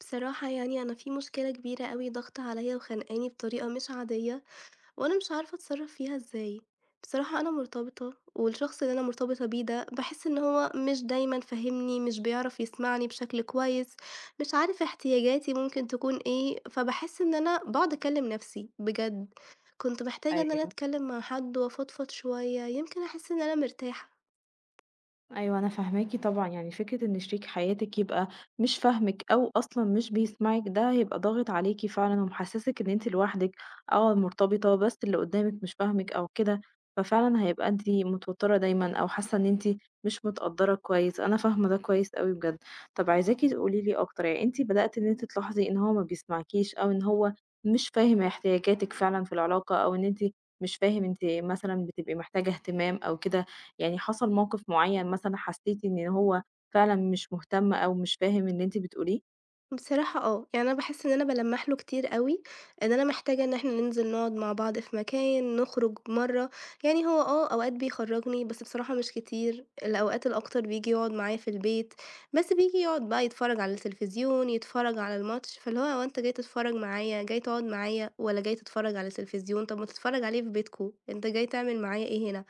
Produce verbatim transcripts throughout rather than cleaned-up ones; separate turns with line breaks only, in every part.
بصراحة يعني أنا في مشكلة كبيرة أوي ضاغطة عليَّ وخانقاني بطريقة مش عادية، وأنا مش عارفة أتصرّف فيها إزاي. بصراحة أنا مرتبطة، والشخص اللي أنا مرتبطة بيه ده باحس إن هو مش دايمًا فاهمني، مش بيعرف يسمعني بشكل كويس، مش عارف احتياجاتي ممكن تكون إيه، فباحس إن أنا باقعد
إمم.
أكلّم نفسي بجد. كنت محتاجة إن أنا
أيوه،
أتكلّم مع حد وأفضفض شوية، يمكن أحس إن أنا مرتاحة.
أيوه أنا فاهماكِ طبعًا، يعني فكرة إن شريك حياتِك يبقى مش فاهمِك أو أصلًا مش بيسمعِك، ده هيبقى ضاغط عليكِ فعلًا ومحسسِك إن أنتِ لوحدِك، آه مرتبطة بس اللي قدامِك مش فاهمِك أو كده، ففعلًا هيبقى أنتِ متوترة دايمًا أو حاسة إن أنتِ مش متقدرة كويس، أنا فاهمة ده كويس أوي بجد. طب عايزاكِ تقولي لي أكتر، يعني أنتِ بدأتِ إن أنتِ تلاحظي إن هو ما بيسمعكيش أو إن هو مش فاهم احتياجاتِك فعلًا في العلاقة، أو إن أنتِ مش فاهم أنتِ مثلًا بتبقي محتاجة اهتمام أو كده. يعني حصل موقف معين مثلًا حسيتِ إن هو فعلًا مش مهتم أو مش فاهم اللي أنتِ بتقوليه؟
بصراحة آه، يعني أنا باحس إن أنا بالَمّح له كتير أوي، إن أنا محتاجة إن إحنا ننزل نقعد مع بعض في مكان، نخرج مرّة، يعني هو آه، أوقات بيخرّجني بس بصراحة مش كتير، الأوقات الأكتر بييجي يقعد معايا في البيت، بس بييجي يقعد بقى يتفرّج على التلفزيون، يتفرّج على الماتش، فاللي هو هو أنت جاي تتفرّج معايا، جاي تقعد معايا والّا جاي تتفرّج على التلفزيون، طَب ما تتفرّج عليه في بيتكم، أنت جاي تعمل معايا إيه هنا؟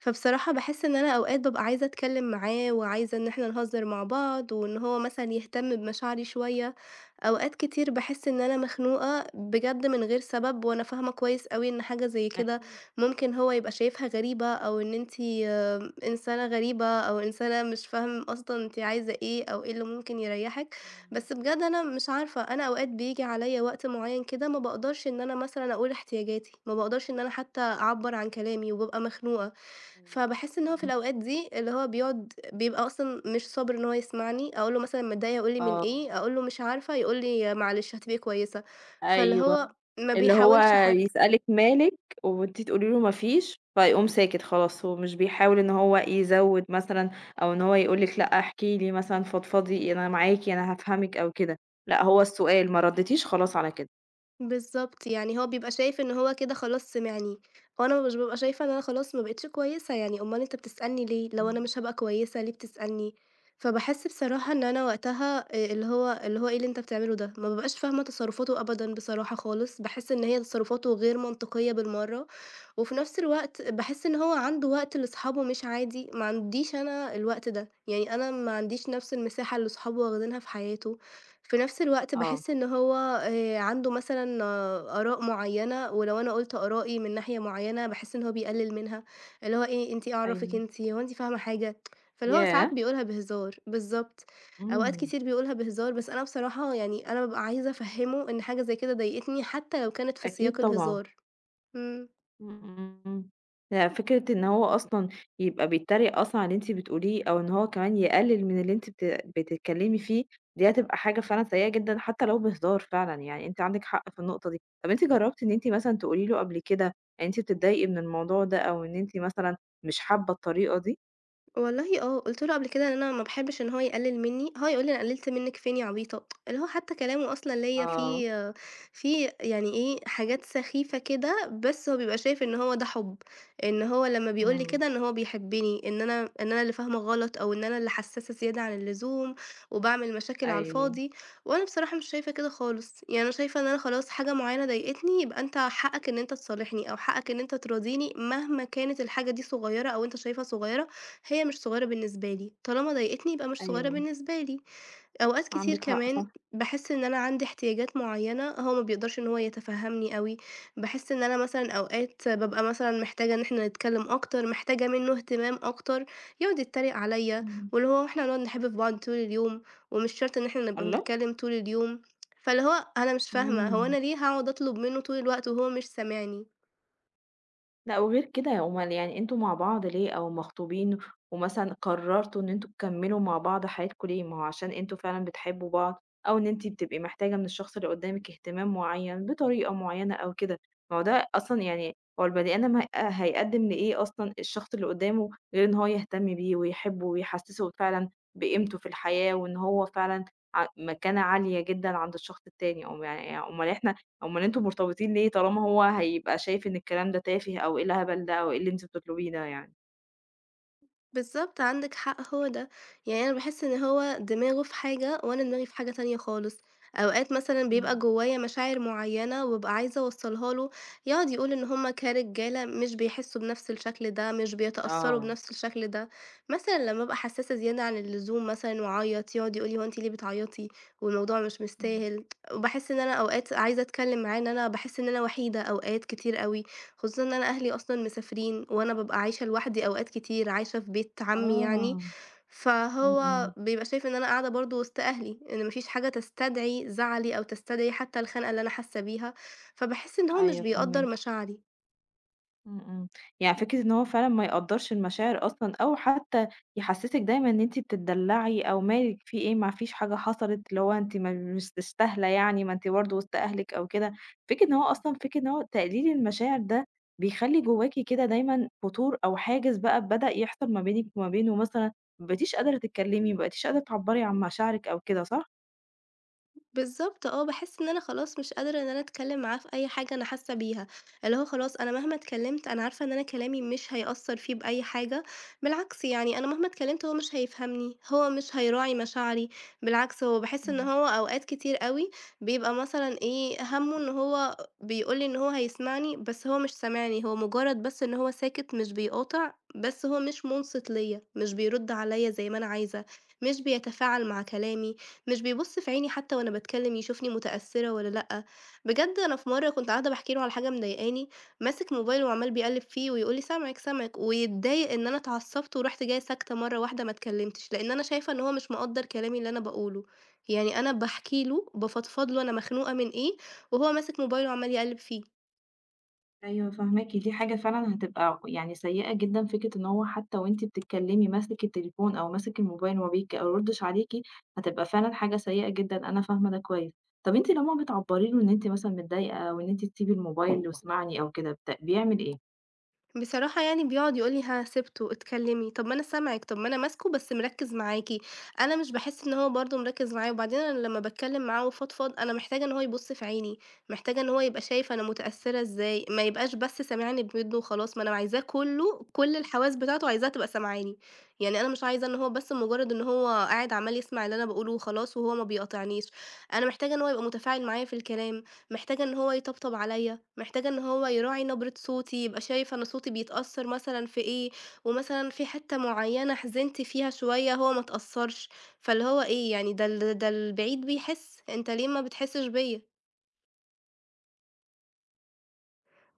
فبصراحة باحس إن أنا أوقات بابقى عايزة أتكلّم معاه، وعايزة إن إحنا نهزّر مع بعض، وإن هو مثلًا يهتم بمشاعري شوية، أوقات كتير باحس إن أنا مخنوقة بجد من غير سبب، وأنا فاهمة كويس أوي إن حاجة زي كده
أكيد
ممكن هو يبقى شايفها غريبة، أو إن أنتِ إنسانة غريبة، أو إنسانة مش فاهم أصلًا أنتِ عايزة إيه، أو إيه اللي ممكن يريّحِك،
إمم،
بس بجد أنا مش عارفة، أنا أوقات بييجي عليَّ وقت معيّن كده ما باقدرش إن أنا مثلًا أقول احتياجاتي، ما باقدرش إن أنا حتى أعبّر عن كلامي، وبابقى مخنوقة.
أيوه،
فباحس إن هو في
إمم.
الأوقات دي اللي هو بيقعد بيبقى أصلًا مش صابر إن هو يسمعني، أقول له مثلًا متضايقة يقول لي من
آه،
إيه، أقول له مش عارفة، يقول لي معلش هتبقي كويسة، فاللي إمم. هو
أيوه،
ما
اللي هو
بيحاولش حتى.
يسألِك مالِك وأنتِ تقولي له ما فيش، فيقوم ساكت خلاص، هو مش بيحاول إن هو يزوّد مثلًا أو إن هو يقول لِك لأ احكي لي مثلًا، فضفضي، أنا معاكِ، أنا هافهمِك أو كده، لأ هو السؤال، ما رديتيش خلاص على كده.
بالضبط، يعني هو بيبقى شايف إن هو كده خلاص سمعني، وأنا مش بابقى شايفة إن أنا خلاص ما بقيتش كويسة، يعني أومال أنت بتسألني ليه؟ لو أنا
إمم.
مش هابقى كويسة ليه بتسألني؟ فباحس بصراحة إن أنا وقتها آآ اللي هو اللي هو إيه اللي أنت بتعمله ده؟ ما بابقاش فاهمة تصرفاته أبدًا بصراحة خالص، باحس إن هي تصرفاته غير منطقية بالمرّة، وفي نفس الوقت باحس إن هو عنده وقت لأصحابه مش عادي، ما عنديش أنا الوقت ده، يعني أنا ما عنديش نفس المساحة اللي صحابه واخدينها في حياته. في نفس الوقت
آه،
باحس إن هو آآ عنده مثلًا آه، آراء معيّنة، ولو أنا قُلت آرائي من ناحية معيّنة، باحس إن هو بيقلل منها، اللي هو إيه أنتِ إيه عرفِك
أيوه،
أنتِ، هو أنتِ فاهمة حاجة؟ فاللي هو ساعات
ياه!
بيقولها بهزار، بالضبط، أوقات
إمم،
كتير بيقولها بهزار، بس أنا بصراحة يعني أنا بابقى عايزة أفهّمه إن حاجة زي كده ضايقتني، حتى لو كانت في
أكيد
سياق
طبعًا.
الهزار. إمم.
إمم، إمم. ده فكرة إن هو أصلًا يبقى بيتريق أصلًا على اللي أنتِ بتقوليه، أو إن هو كمان يقلل من اللي أنتِ بت بتتكلمي فيه، دي هتبقى حاجة فعلًا سيئة جدًا حتى لو بهزار فعلًا، يعني أنتِ عندِك حق في النقطة دي. طب أنتِ جربتِ إن أنتِ مثلًا تقولي له قبل كده إن أنتِ بتتضايقي من الموضوع ده، أو إن أنتِ مثلًا مش حابة الطريقة دي؟
والله آه، قُلت له قبل كده إن أنا ما باحبش إن هو يقلِّل منّي، هو يقول لي: "أنا قلِّلت منِّك فين يا عبيطة؟" اللي هو حتى كلامه أصلًا ليّا
آه.
فيه فيه يعني إيه، حاجات سخيفة كده، بس هو بيبقى شايف إن هو ده حُب، إن هو لمّا بيقول لي
إمم،
كده إن هو بيحبّني، إن أنا إن أنا اللي فاهمة غلط أو إن أنا اللي حسّاسة زيادة عن اللزوم وباعمل مشاكل على
أيوه،
الفاضي، وأنا بصراحة مش شايفة كده خالص، يعني أنا شايفة إن أنا خلاص حاجة معيّنة ضايقتني، يبقى أنت حقّك إن أنت تصالحني أو حقّك إن أنت تراضيني مهما كانت الحاجة دي صغيّرة أو أنت شايفها صغيّرة هي مش صغيّرة بالنسبة لي، طالما ضايقتني يبقى مش صغيّرة
أيوه،
بالنسبة لي، أوقات كتير
عندِك حق
كمان
صح.
باحس إن أنا عندي احتياجات معيّنة هو ما بيقدرش إن هو يتفهّمني أوي، باحس إن أنا مثلًا أوقات بابقى مثلًا محتاجة إن إحنا نتكلّم أكتر، محتاجة منّه اهتمام أكتر، يقعد يتّريق عليّا
إمم،
واللي هو إحنا هنقعد نحب في بعض طول اليوم ومش شرط إن إحنا نبقى
الله!
بنتكلّم طول اليوم، فاللي هو أنا مش فاهمة هو أنا
إمم.
ليه هاقعد أطلب منّه طول الوقت وهو مش سامعني؟
لأ وغير كده أومال يعني أنتم مع بعض ليه أو مخطوبين ومثلًا قررتوا إن أنتم تكمّلوا مع بعض حياتكم ليه؟ ما هو عشان أنتم فعلًا بتحبّوا بعض أو إن أنتِ بتبقي محتاجة من الشخص اللي قدّامِك اهتمام معيّن بطريقة معيّنة أو كده، ما هو ده أصلًا يعني هو البني آدم هي هيقدّم لإيه أصلًا الشخص اللي قدّامه غير إن هو يهتم بيه ويحبّه ويحسّسه فعلًا بقيمته في الحياة وإن هو فعلًا ع مكانة عالية جدًا عند الشخص التاني، أوم يع أومال إحنا أومال أنتم مرتبطين ليه طالما هو هيبقى شايف إن الكلام ده تافه أو إيه الهبل ده أو إيه اللي أنتِ بتطلبيه ده يعني؟
بالضبط، عندِك حق هو ده، يعني أنا باحس إن هو دماغه في حاجة وأنا دماغي في حاجة تانية خالص، أوقات مثلًا بيبقى
إمم.
جوايا مشاعر معيّنة وابقى عايزة أوصّلها له، يقعد يقول إن هُم كرجالة مش بيحسّوا بنفْس الشكل ده، مش بيتأثّروا
آه.
بنفْس الشكل ده، مثلًا لمّا أبقى حسّاسة زيادة عن اللزوم مثلًا وأعيّط يقعد يقول لي: "هو أنتِ ليه بتعيّطي؟ والموضوع مش
إمم.
مستاهل." وباحس إن أنا أوقات عايزة أتكلّم معاه إن أنا باحس إن أنا وحيدة أوقات كتير أوي. خصوصًا إن أنا أهلي أصلًا مسافرين، وأنا بابقى عايشة لوحدي أوقات كتير، عايشة في بيت عمي يعني،
آه. إمم،
فهو
إمم.
بيبقى شايف إن أنا قاعدة برضه وسط أهلي، إن ما فيش حاجة تستدعي زعلي أو تستدعي حتى الخنقة اللي أنا حاسة بيها، فباحس إن هو مش
أيوه
بيقدّر
فاهماكِ.
مشاعري.
إمم، إمم. يعني فكرة إن هو فعلًا ما يقدّرش المشاعر أصلًا أو حتى يحسّسِك دايمًا إن أنتِ بتتدلّعي أو مالِك في إيه، ما فيش حاجة حصلت، اللي هو أنتِ ما مش تستاهلة يعني، ما أنتِ برضه وسط أهلِك أو كده. فكرة إن هو أصلًا فكرة إن هو تقليل المشاعر ده بيخلّي جواكِ كده دايمًا فتور أو حاجز بقى بدأ يحصل ما بينِك وما بينه مثلًا، ما بقيتيش قادرة تتكلّمي، ما بقيتيش قادرة تعبّري عن مشاعرِك أو كده، صح؟
بالضبط آه، باحس إن أنا خلاص مش قادرة إن أنا أتكلّم معاه في أي حاجة أنا حاسة بيها، اللي هو خلاص أنا مهما اتكلّمت أنا عارفة إن أنا كلامي مش هيأثّر فيه بأي حاجة، بالعكس يعني أنا مهما اتكلّمت هو مش هيفهمني، هو مش هيراعي مشاعري، بالعكس هو باحس إن
إمم.
هو أوقات كتير أوي بيبقى مثلًا إيه، هَمّه إن هو بيقول لي إن هو هيسمعني، بس هو مش سامعني، هو مجرّد بس إن هو ساكت مش بيقاطع، بس هو مش مُنصِت ليّا، مش بيرُد عليّا زي ما أنا عايزة، مش بيتفاعل مع كلامي. مش بيبُص في عيني حتى وأنا باتكلّم يشوفني متأثّرة والّا لأ، بجد أنا في مرّة كنت قاعدة باحكي له على حاجة مضايقاني، ماسك موبايله وعمّال بيقلّب فيه ويقول لي: "سامعِك، سامعِك." ويتضايق إن أنا اتعصّبت ورُحت جاية ساكتة مرّة واحدة ما اتكلّمتش، لإن أنا شايفة إن هو مش مقدّر كلامي اللي أنا باقوله، يعني أنا باحكي له، بافضفض له أنا مخنوقة من إيه، وهو ماسك موبايله وعمّال يقلّب فيه.
أيوه فاهماكِ، دي حاجة فعلًا هتبقى يعني سيئة جدًا، فكرة إن هو حتى وأنتِ بتتكلمي ماسك التليفون أو ماسك الموبايل وما بيردش عليكِ، هتبقى فعلًا حاجة سيئة جدًا، أنا فاهمة ده كويس. طب أنتِ لمّا بتعبّري له إن أنتِ مثلًا متضايقة أو إن أنتِ تسيبي الموبايل واسمعني أو كده، بت بيعمل إيه؟
بصراحة يعني بيقعد يقول لي: "ها سِبته، اتكلّمي، طَب ما أنا سامعِك، طَب ما أنا ماسكه بس مركّز معاكِ." أنا مش باحس إن هو برضه مركّز معايا، وبعدين أنا لمّا باتكلّم معاه وافضفض، أنا محتاجة إن هو يبُص في عيني، محتاجة إن هو يبقى شايف أنا متأثّرة إزاي، ما يبقاش بس سامعني بوِدّه وخلاص، ما أنا عايزاه كلّه، كل الحواس بتاعته عايزاها تبقى سامعاني، يعني أنا مش عايزة إن هو بس مجرّد إن هو قاعد عمّال يسمع اللي أنا باقوله وخلاص وهو ما بيقاطعنيش، أنا محتاجة إن هو يبقى متفاعل معايا في الكلام. محتاجة إن هو يطبطب عليَّ، محتاجة إن هو يراعي نبرة صوتي، يبقى شايف أنا صوتي بيتأثّر مثلًا في إيه، ومثلًا في حتّة معيّنة حزنت فيها شوية هو ما اتأثّرش، فاللي هو إيه يعني ده ال ده البعيد بيحس، أنت ليه ما بتحسّش بيَّ؟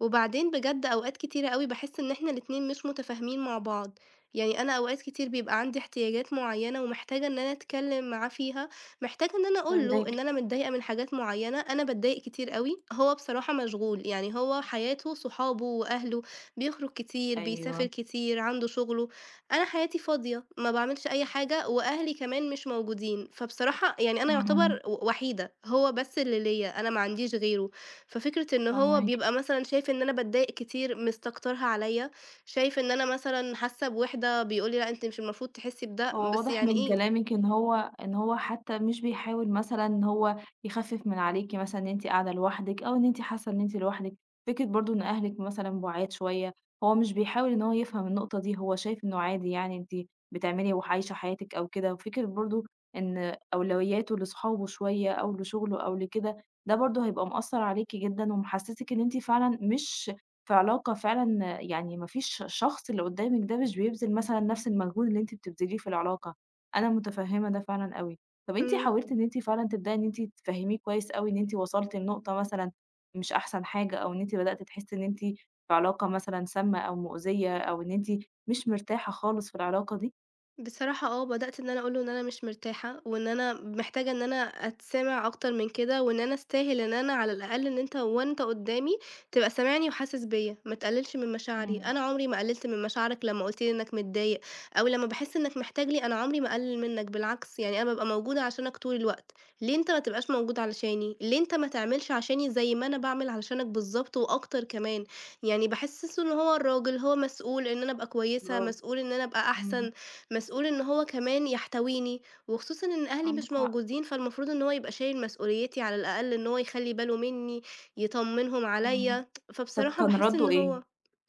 وبعدين بجد أوقات كتيرة أوي باحس إن إحنا الاتنين مش متفاهمين مع بعض، يعني أنا أوقات كتير بيبقى عندي احتياجات معينة ومحتاجة إن أنا أتكلم معاه فيها، محتاجة إن أنا أقول له إن
فاهماكِ.
أنا متضايقة من حاجات معينة، أنا باتضايق كتير أوي، هو بصراحة مشغول، يعني هو حياته صحابه وأهله، بيخرج كتير، بيسافر
أيوه،
كتير، عنده شغله، أنا حياتي فاضية، ما باعملش أي حاجة وأهلي كمان مش موجودين، فبصراحة يعني أنا
إمم، إمم،
يعتبر و وحيدة، هو بس اللي ليا، أنا ما عنديش غيره. ففكرة إن هو
فاهماكِ.
بيبقى مثلًا شايف إن أنا باتضايق كتير، مستكترها عليَّ، شايف إن أنا مثلًا حاسة بوِحدة، بيقول لي: "لأ، أنتِ مش المفروض تحسي بده."
هو
بس
واضح
يعني
من
إيه؟
كلامِك إن هو إن هو حتى مش بيحاول مثلًا إن هو يخفِّف من عليكِ مثلًا إن أنتِ قاعدة لوحدِك أو إن أنتِ حاسة إن أنتِ لوحدِك، فكرة برضه إن أهلِك مثلًا بُعاد شوية، هو مش بيحاول إن هو يفهم النقطة دي، هو شايف إنه عادي يعني أنتِ بتعملي وعايشة حياتِك أو كده، وفكرة برضه إن أولوياته لصحابه شوية أو لشغله أو لكده، ده برضه هيبقى مأثّر عليكِ جدًا ومحسّسِك إن أنتِ فعلًا مش في علاقة فعلًا يعني ما فيش الشخص اللي قدّامِك ده مش بيبذل مثلًا نفس المجهود اللي أنتِ بتبذليه في العلاقة، أنا متفهمة ده فعلًا أوي. طب أنتِ
إمم.
حاولتِ إن أنتِ فعلًا تبدئي إن أنتِ تفهميه كويس أوي إن أنتِ وصلتِ لنقطة مثلًا مش أحسن حاجة، أو إن أنتِ بدأتِ تحسي إن أنتِ في علاقة مثلًا سامة أو مؤذية، أو إن أنتِ مش مرتاحة خالص في العلاقة دي؟
بصراحة آه، بدأت إن أنا أقول له إن أنا مش مرتاحة، وإن أنا محتاجة إن أنا أتسمع أكتر من كده، وإن أنا أستاهل إن أنا على الأقل إن أنت وأنت قدامي تبقى سامعني وحاسس بيّا، ما تقللش من مشاعري،
إمم.
أنا عمري ما قللت من مشاعرك لمّا قلت لي إنك متضايق، أو لمّا باحس إنك محتاج لي أنا عمري ما أقلل منك بالعكس، يعني أنا بابقى موجودة عشانك طول الوقت، ليه أنت ما تبقاش موجود علشاني؟ ليه أنت ما تعملش عشاني زي ما أنا باعمل علشانك بالضبط وأكتر كمان؟ يعني باحسسه إن هو الراجل، هو مسؤول إن أنا أبقى كويسة،
برافو،
مسؤول إن أنا أبقى أحسن،
إمم،
مسؤول إن هو كمان يحتويني، وخصوصًا إن أهلي مش
عندِك حق،
موجودين، فالمفروض إن هو يبقى شايل مسؤوليتي على الأقل إن هو يخلّي باله منّي، يطمّنهم
إمم.
عليَّ،
طب
فبصراحة
كان
باحس إن
رَدُّه إيه؟
هو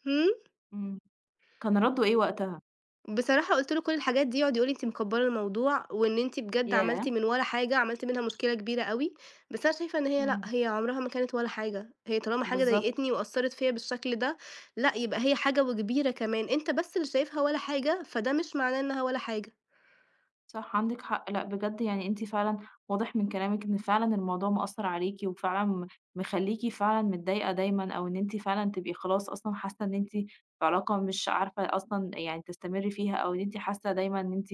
إمم،
إمم، كان رَدُّه إيه وقتها؟
بصراحة قُلت له كل الحاجات دي، يقعد يقول لي: "أنتِ مكبّرة الموضوع، وإن أنتِ بجد عملتِ
ياه!
من ولا حاجة، عملتِ منها مشكلة كبيرة أوي." بس أنا شايفة إن هي لأ،
إمم.
هي عمرها ما كانت ولا حاجة، هي طالما حاجة
بالضبط.
ضايقتني وأثّرت فيَّ بالشكل ده، لأ يبقى هي حاجة وكبيرة كمان، أنت بس اللي شايفها ولا حاجة، فده مش معناه إنها ولا حاجة.
صح عندِك حق، لأ بجد يعني أنتِ فعلًا واضح من كلامِك إن فعلًا الموضوع مأثّر عليكِ، وفعلًا م مخلّيكِ فعلًا متضايقة دايمًا، أو إن أنتِ فعلًا تبقي خلاص أصلًا حاسة إن أنتِ في علاقة مش عارفة أصلًا يعني تستمري فيها، أو إن أنتِ حاسة دايمًا إن أنتِ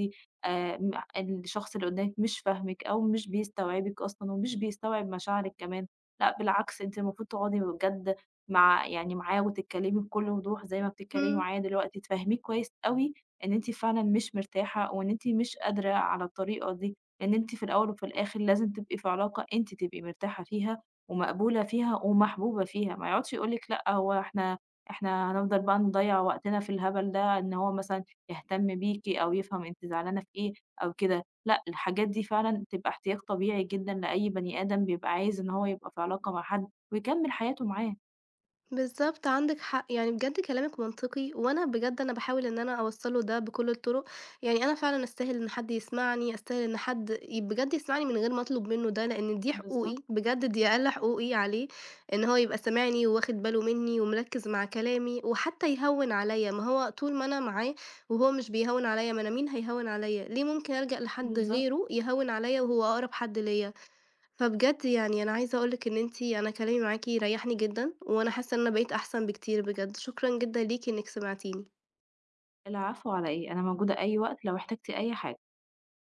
آآ م الشخص اللي قدامِك مش فاهمِك، أو مش بيستوعبِك أصلًا، ومش بيستوعب مشاعرِك كمان. لأ بالعكس أنتِ المفروض تقعدي بجد مع يعني معاه وتتكلمي بكل وضوح زي ما بتتكلمي
إمم.
معايا دلوقتي، تفهميه كويس أوي، إن أنتِ فعلًا مش مرتاحة أو إن أنتِ مش قادرة على الطريقة دي، لإن أنتِ في الأول وفي الآخر لازم تبقي في علاقة أنتِ تبقي مرتاحة فيها ومقبولة فيها ومحبوبة فيها، ما يقعدش يقول لِك لأ هو إحنا إحنا هنفضل بقى نضيّع وقتنا في الهبل ده، إن هو مثلًا يهتم بيكِ أو يفهم أنتِ زعلانة في إيه أو كده، لأ الحاجات دي فعلًا بتبقى احتياج طبيعي جدًا لأي بني آدم بيبقى عايز إن هو يبقى في علاقة مع حد ويكمّل حياته معاه.
بالضبط، عندِك حق، يعني بجد كلامِك منطقي، وأنا بجد أنا باحاول إن أنا أوصّله ده بكل الطرق، يعني أنا فعلًا أستاهل إن حد يسمعني، أستاهل إن حد ي بجد يسمعني من غير ما أطلب منه ده، لإن دي حقوقي،
بالضبط،
بجد دي أقل حقوقي عليه، إن هو يبقى سامعني وواخد باله مني ومركّز مع كلامي، وحتى يهوّن عليَّ، ما هو طول ما أنا معاه وهو مش بيهوّن عليَّ، ما أنا مين هيهوّن عليَّ؟ ليه ممكن ألجأ لحد
بالضبط.
غيره يهوّن عليَّ وهو أقرب حد ليَّ؟ فبجد يعني أنا عايزة أقول لِك إن أنتِ أنا كلامي معاكِ ريحني جدًا، وأنا حاسة إن أنا بقيت أحسن بكتير بجد، شكرًا جدًا ليكِ إنِك سمعتيني.
العفو على إيه، أنا موجودة أي وقت لو احتجتِ أي حاجة.